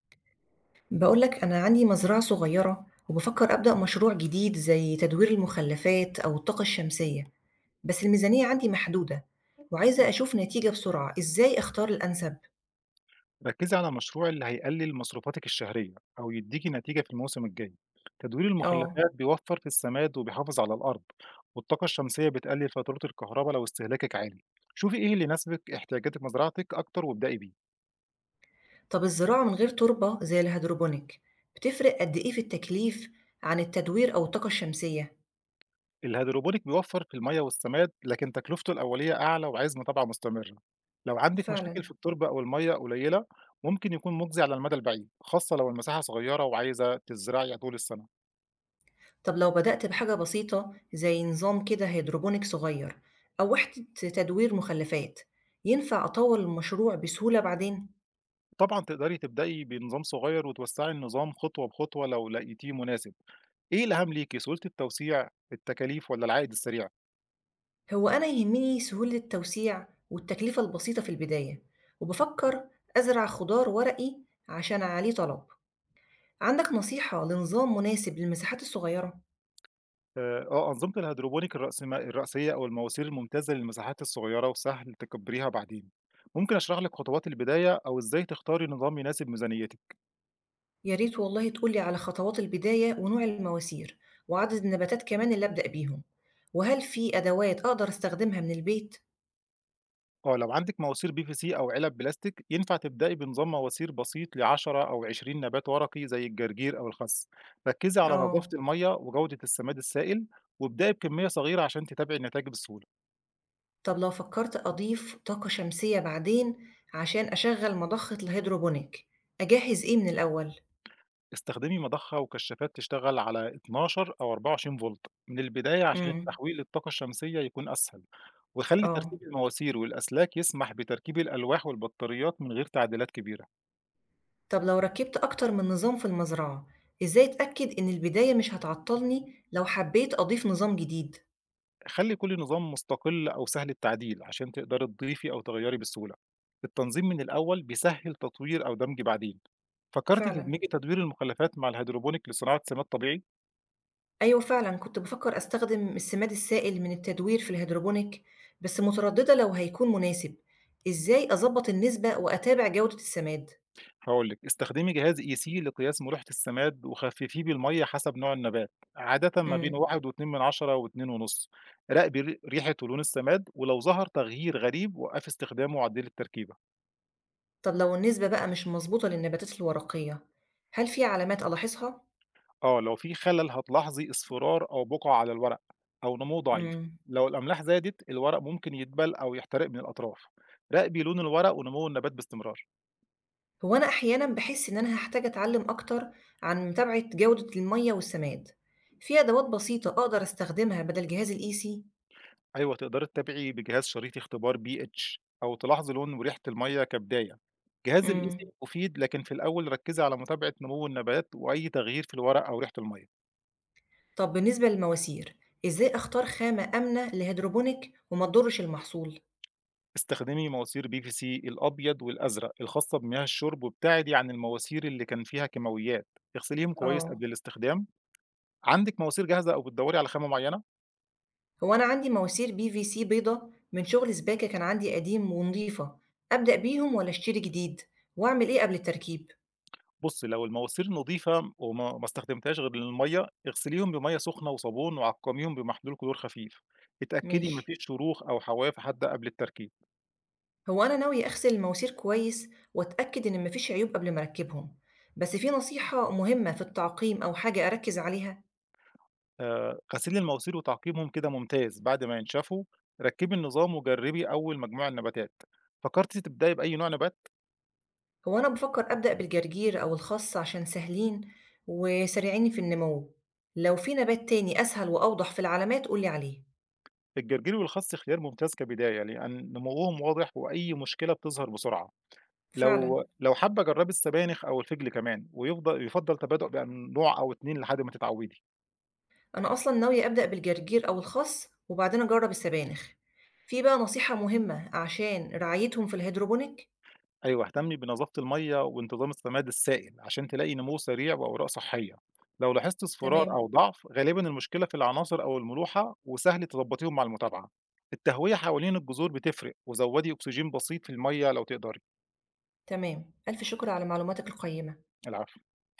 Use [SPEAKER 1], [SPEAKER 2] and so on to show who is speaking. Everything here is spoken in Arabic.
[SPEAKER 1] بقولك أنا عندي مزرعة صغيرة وبفكر أبدأ مشروع جديد زي تدوير المخلفات أو الطاقة الشمسية، بس الميزانية عندي محدودة وعايزة أشوف نتيجة بسرعة. إزاي أختار الأنسب؟
[SPEAKER 2] ركزي على مشروع اللي هيقلل مصروفاتك الشهرية أو يديكي نتيجة في الموسم الجاي. تدوير
[SPEAKER 1] آه.
[SPEAKER 2] المخلفات بيوفر في السماد وبيحافظ على الأرض، والطاقة الشمسية بتقلل فاتورة الكهرباء لو استهلاكك عالي. شوفي إيه اللي يناسبك احتياجاتك مزرعتك أكتر وابدأي بيه.
[SPEAKER 1] طب الزراعة من غير تربة زي الهيدروبونيك بتفرق قد إيه في التكليف عن التدوير أو الطاقة الشمسية؟
[SPEAKER 2] الهيدروبونيك بيوفر في المية والسماد لكن تكلفته الأولية أعلى وعايز متابعة مستمرة. لو عندك مشاكل
[SPEAKER 1] فعلا.
[SPEAKER 2] في التربة أو المية قليلة ممكن يكون مجزي على المدى البعيد خاصة لو المساحة صغيرة وعايزة تزرعي طول السنة.
[SPEAKER 1] طب لو بدأت بحاجة بسيطة زي نظام كده هيدروبونيك صغير أو وحدة تدوير مخلفات، ينفع أطور المشروع بسهولة بعدين؟
[SPEAKER 2] طبعًا تقدري تبدئي بنظام صغير وتوسّعي النظام خطوة بخطوة لو لقيتيه مناسب. إيه الأهم ليكِ، سهولة التوسيع، التكاليف والّا العائد السريع؟
[SPEAKER 1] هو أنا يهمني سهولة التوسيع والتكلفة البسيطة في البداية، وبفكر أزرع خضار ورقي عشان عليه طلب. عندك نصيحة لنظام مناسب للمساحات الصغيرة؟
[SPEAKER 2] آه، أنظمة الهيدروبونيك الرأسية أو المواسير الممتازة للمساحات الصغيرة وسهل تكبّريها بعدين. ممكن أشرح لِك خطوات البداية أو إزاي تختاري نظام يناسب ميزانيتِك.
[SPEAKER 1] يا ريت والله تقولي على خطوات البداية ونوع المواسير وعدد النباتات كمان اللي أبدأ بيهم، وهل في أدوات أقدر أستخدمها من البيت؟
[SPEAKER 2] آه، لو عندِك مواسير PVC أو علب بلاستيك، ينفع تبدئي بنظام مواسير بسيط ل10 أو 20 نبات ورقي زي الجرجير أو الخس. ركّزي على نضافة
[SPEAKER 1] آه.
[SPEAKER 2] المَيّة وجودة السماد السائل، وابدئي بكمية صغيرة عشان تتابعي النتائج بسهولة.
[SPEAKER 1] طب لو فكرت أضيف طاقة شمسية بعدين عشان أشغل مضخة الهيدروبونيك، أجهز إيه من الأول؟
[SPEAKER 2] استخدمي مضخة وكشافات تشتغل على 12 أو 24 فولت من البداية عشان
[SPEAKER 1] امم.
[SPEAKER 2] التحويل للطاقة الشمسية يكون أسهل، وخلّي ترتيب
[SPEAKER 1] آه.
[SPEAKER 2] المواسير والأسلاك يسمح بتركيب الألواح والبطاريات من غير تعديلات كبيرة.
[SPEAKER 1] طب لو ركبت أكتر من نظام في المزرعة، إزاي أتأكد إن البداية مش هتعطلني لو حبيت أضيف نظام جديد؟
[SPEAKER 2] خلّي كل نظام مستقل أو سهل التعديل عشان تقدري تضيفي أو تغيّري بسهولة. التنظيم من الأول بيسهّل تطوير أو دمج بعدين. فكرتِ
[SPEAKER 1] فعلا.
[SPEAKER 2] تدمجي تدوير المخلفات مع الهيدروبونيك لصناعة سماد طبيعي؟
[SPEAKER 1] أيوة فعلا كنت بفكر أستخدم السماد السائل من التدوير في الهيدروبونيك، بس مترددة لو هيكون مناسب. إزاي أظبط النسبة وأتابع جودة السماد؟
[SPEAKER 2] هاقول لِك استخدمي جهاز قيسيه لقياس ملوحة السماد وخففيه بالمَيّة حسب نوع النبات، عادةً ما بين
[SPEAKER 1] مم.
[SPEAKER 2] 1.2 و2.5. راقبي ريحة ولون السماد ولو ظهر تغيير غريب وقّفي استخدامه وعدّلي التركيبة.
[SPEAKER 1] طب لو النسبة بقى مش مظبوطة للنباتات الورقية، هل في علامات ألاحظها؟
[SPEAKER 2] آه، لو في خلل هتلاحظي اصفرار أو بقع على الورق أو نمو ضعيف.
[SPEAKER 1] مم.
[SPEAKER 2] لو الأملاح زادت الورق ممكن يدبل أو يحترق من الأطراف. راقبي لون الورق ونمو النبات باستمرار.
[SPEAKER 1] هو أنا أحيانًا باحس إن أنا هاحتاج أتعلم أكتر عن متابعة جودة المَيّة والسَّماد. في أدوات بسيطة أقدر أستخدمها بدل جهاز الEC؟
[SPEAKER 2] أيوة تقدري تتابعي بجهاز شريط اختبار بي اتش أو تلاحظي لون وريحة المية كبداية. جهاز الإيسي
[SPEAKER 1] إمم،
[SPEAKER 2] مفيد لكن في الأول ركزي على متابعة نمو النبات وأي تغيير في الورق أو ريحة المية.
[SPEAKER 1] طب بالنسبة للمواسير، إزاي أختار خامة آمنة لهيدروبونيك وما تضرش المحصول؟
[SPEAKER 2] استخدمي مواسير بي في سي الأبيض والأزرق الخاصة بمياه الشرب وابتعدي عن المواسير اللي كان فيها كيماويات. اغسليهم كويس
[SPEAKER 1] آه.
[SPEAKER 2] قبل الاستخدام. عندِك مواسير جاهزة أو بتدوّري على خامة معيّنة؟
[SPEAKER 1] هو أنا عندي مواسير PVC بيضا من شغل سباكة كان عندي قديم ونضيفة، أبدأ بيهم والّا أشتري جديد؟ وأعمل إيه قبل التركيب؟
[SPEAKER 2] بُصّي، لو المواسير نضيفة وما ما استخدمتيهاش غير للمَيّة، اغسليهم بمَيّة سخنة وصابون وعقّميهم بمحلول كلور خفيف. اتأكدي
[SPEAKER 1] ماشي.
[SPEAKER 2] ما فيش شروخ أو حواف حادة قبل التركيب.
[SPEAKER 1] هو أنا ناوية أغسل المواسير كويس وأتأكد إن مفيش عيوب قبل ما أركبهم، بس في نصيحة مهمة في التعقيم أو حاجة أركز عليها؟
[SPEAKER 2] غسيل المواسير وتعقيمهم كده ممتاز بعد ما ينشفوا، ركّبي النظام وجرّبي أول مجموعة نباتات. فكرتِ تبدئي بأي نوع نبات؟
[SPEAKER 1] هو أنا بفكر أبدأ بالجرجير أو الخس عشان سهلين وسريعين في النمو. لو في نبات تاني أسهل وأوضح في العلامات قولي عليه.
[SPEAKER 2] الجرجير والخس خيار ممتاز كبداية، لأن نموهم واضح وأي مشكلة بتظهر بسرعة.
[SPEAKER 1] فعلا.
[SPEAKER 2] لو حابة جرّبي السبانخ أو الفجل كمان، ويفضل تبادؤ بأن نوع أو 2 لحد ما تتعوّدي.
[SPEAKER 1] أنا أصلا ناوية أبدأ بالجرجير أو الخس وبعدين أجرب السبانخ. في بقى نصيحة مهمة عشان رعايتهم في الهيدروبونيك؟
[SPEAKER 2] أيوه، اهتمي بنظافة المَيّة وانتظام السماد السائل عشان تلاقي نمو سريع وأوراق صحية. لو لاحظتِ اصفرار
[SPEAKER 1] تمام
[SPEAKER 2] أو ضعف، غالبًا المشكلة في العناصر أو الملوحة وسهل تضبّطيهم مع المتابعة. التهوية حوالين الجذور بتفرق، وزوّدي أكسجين بسيط في المَيّة لو تقدري.
[SPEAKER 1] تمام، ألف شكر على معلوماتك القيمة.
[SPEAKER 2] العفو.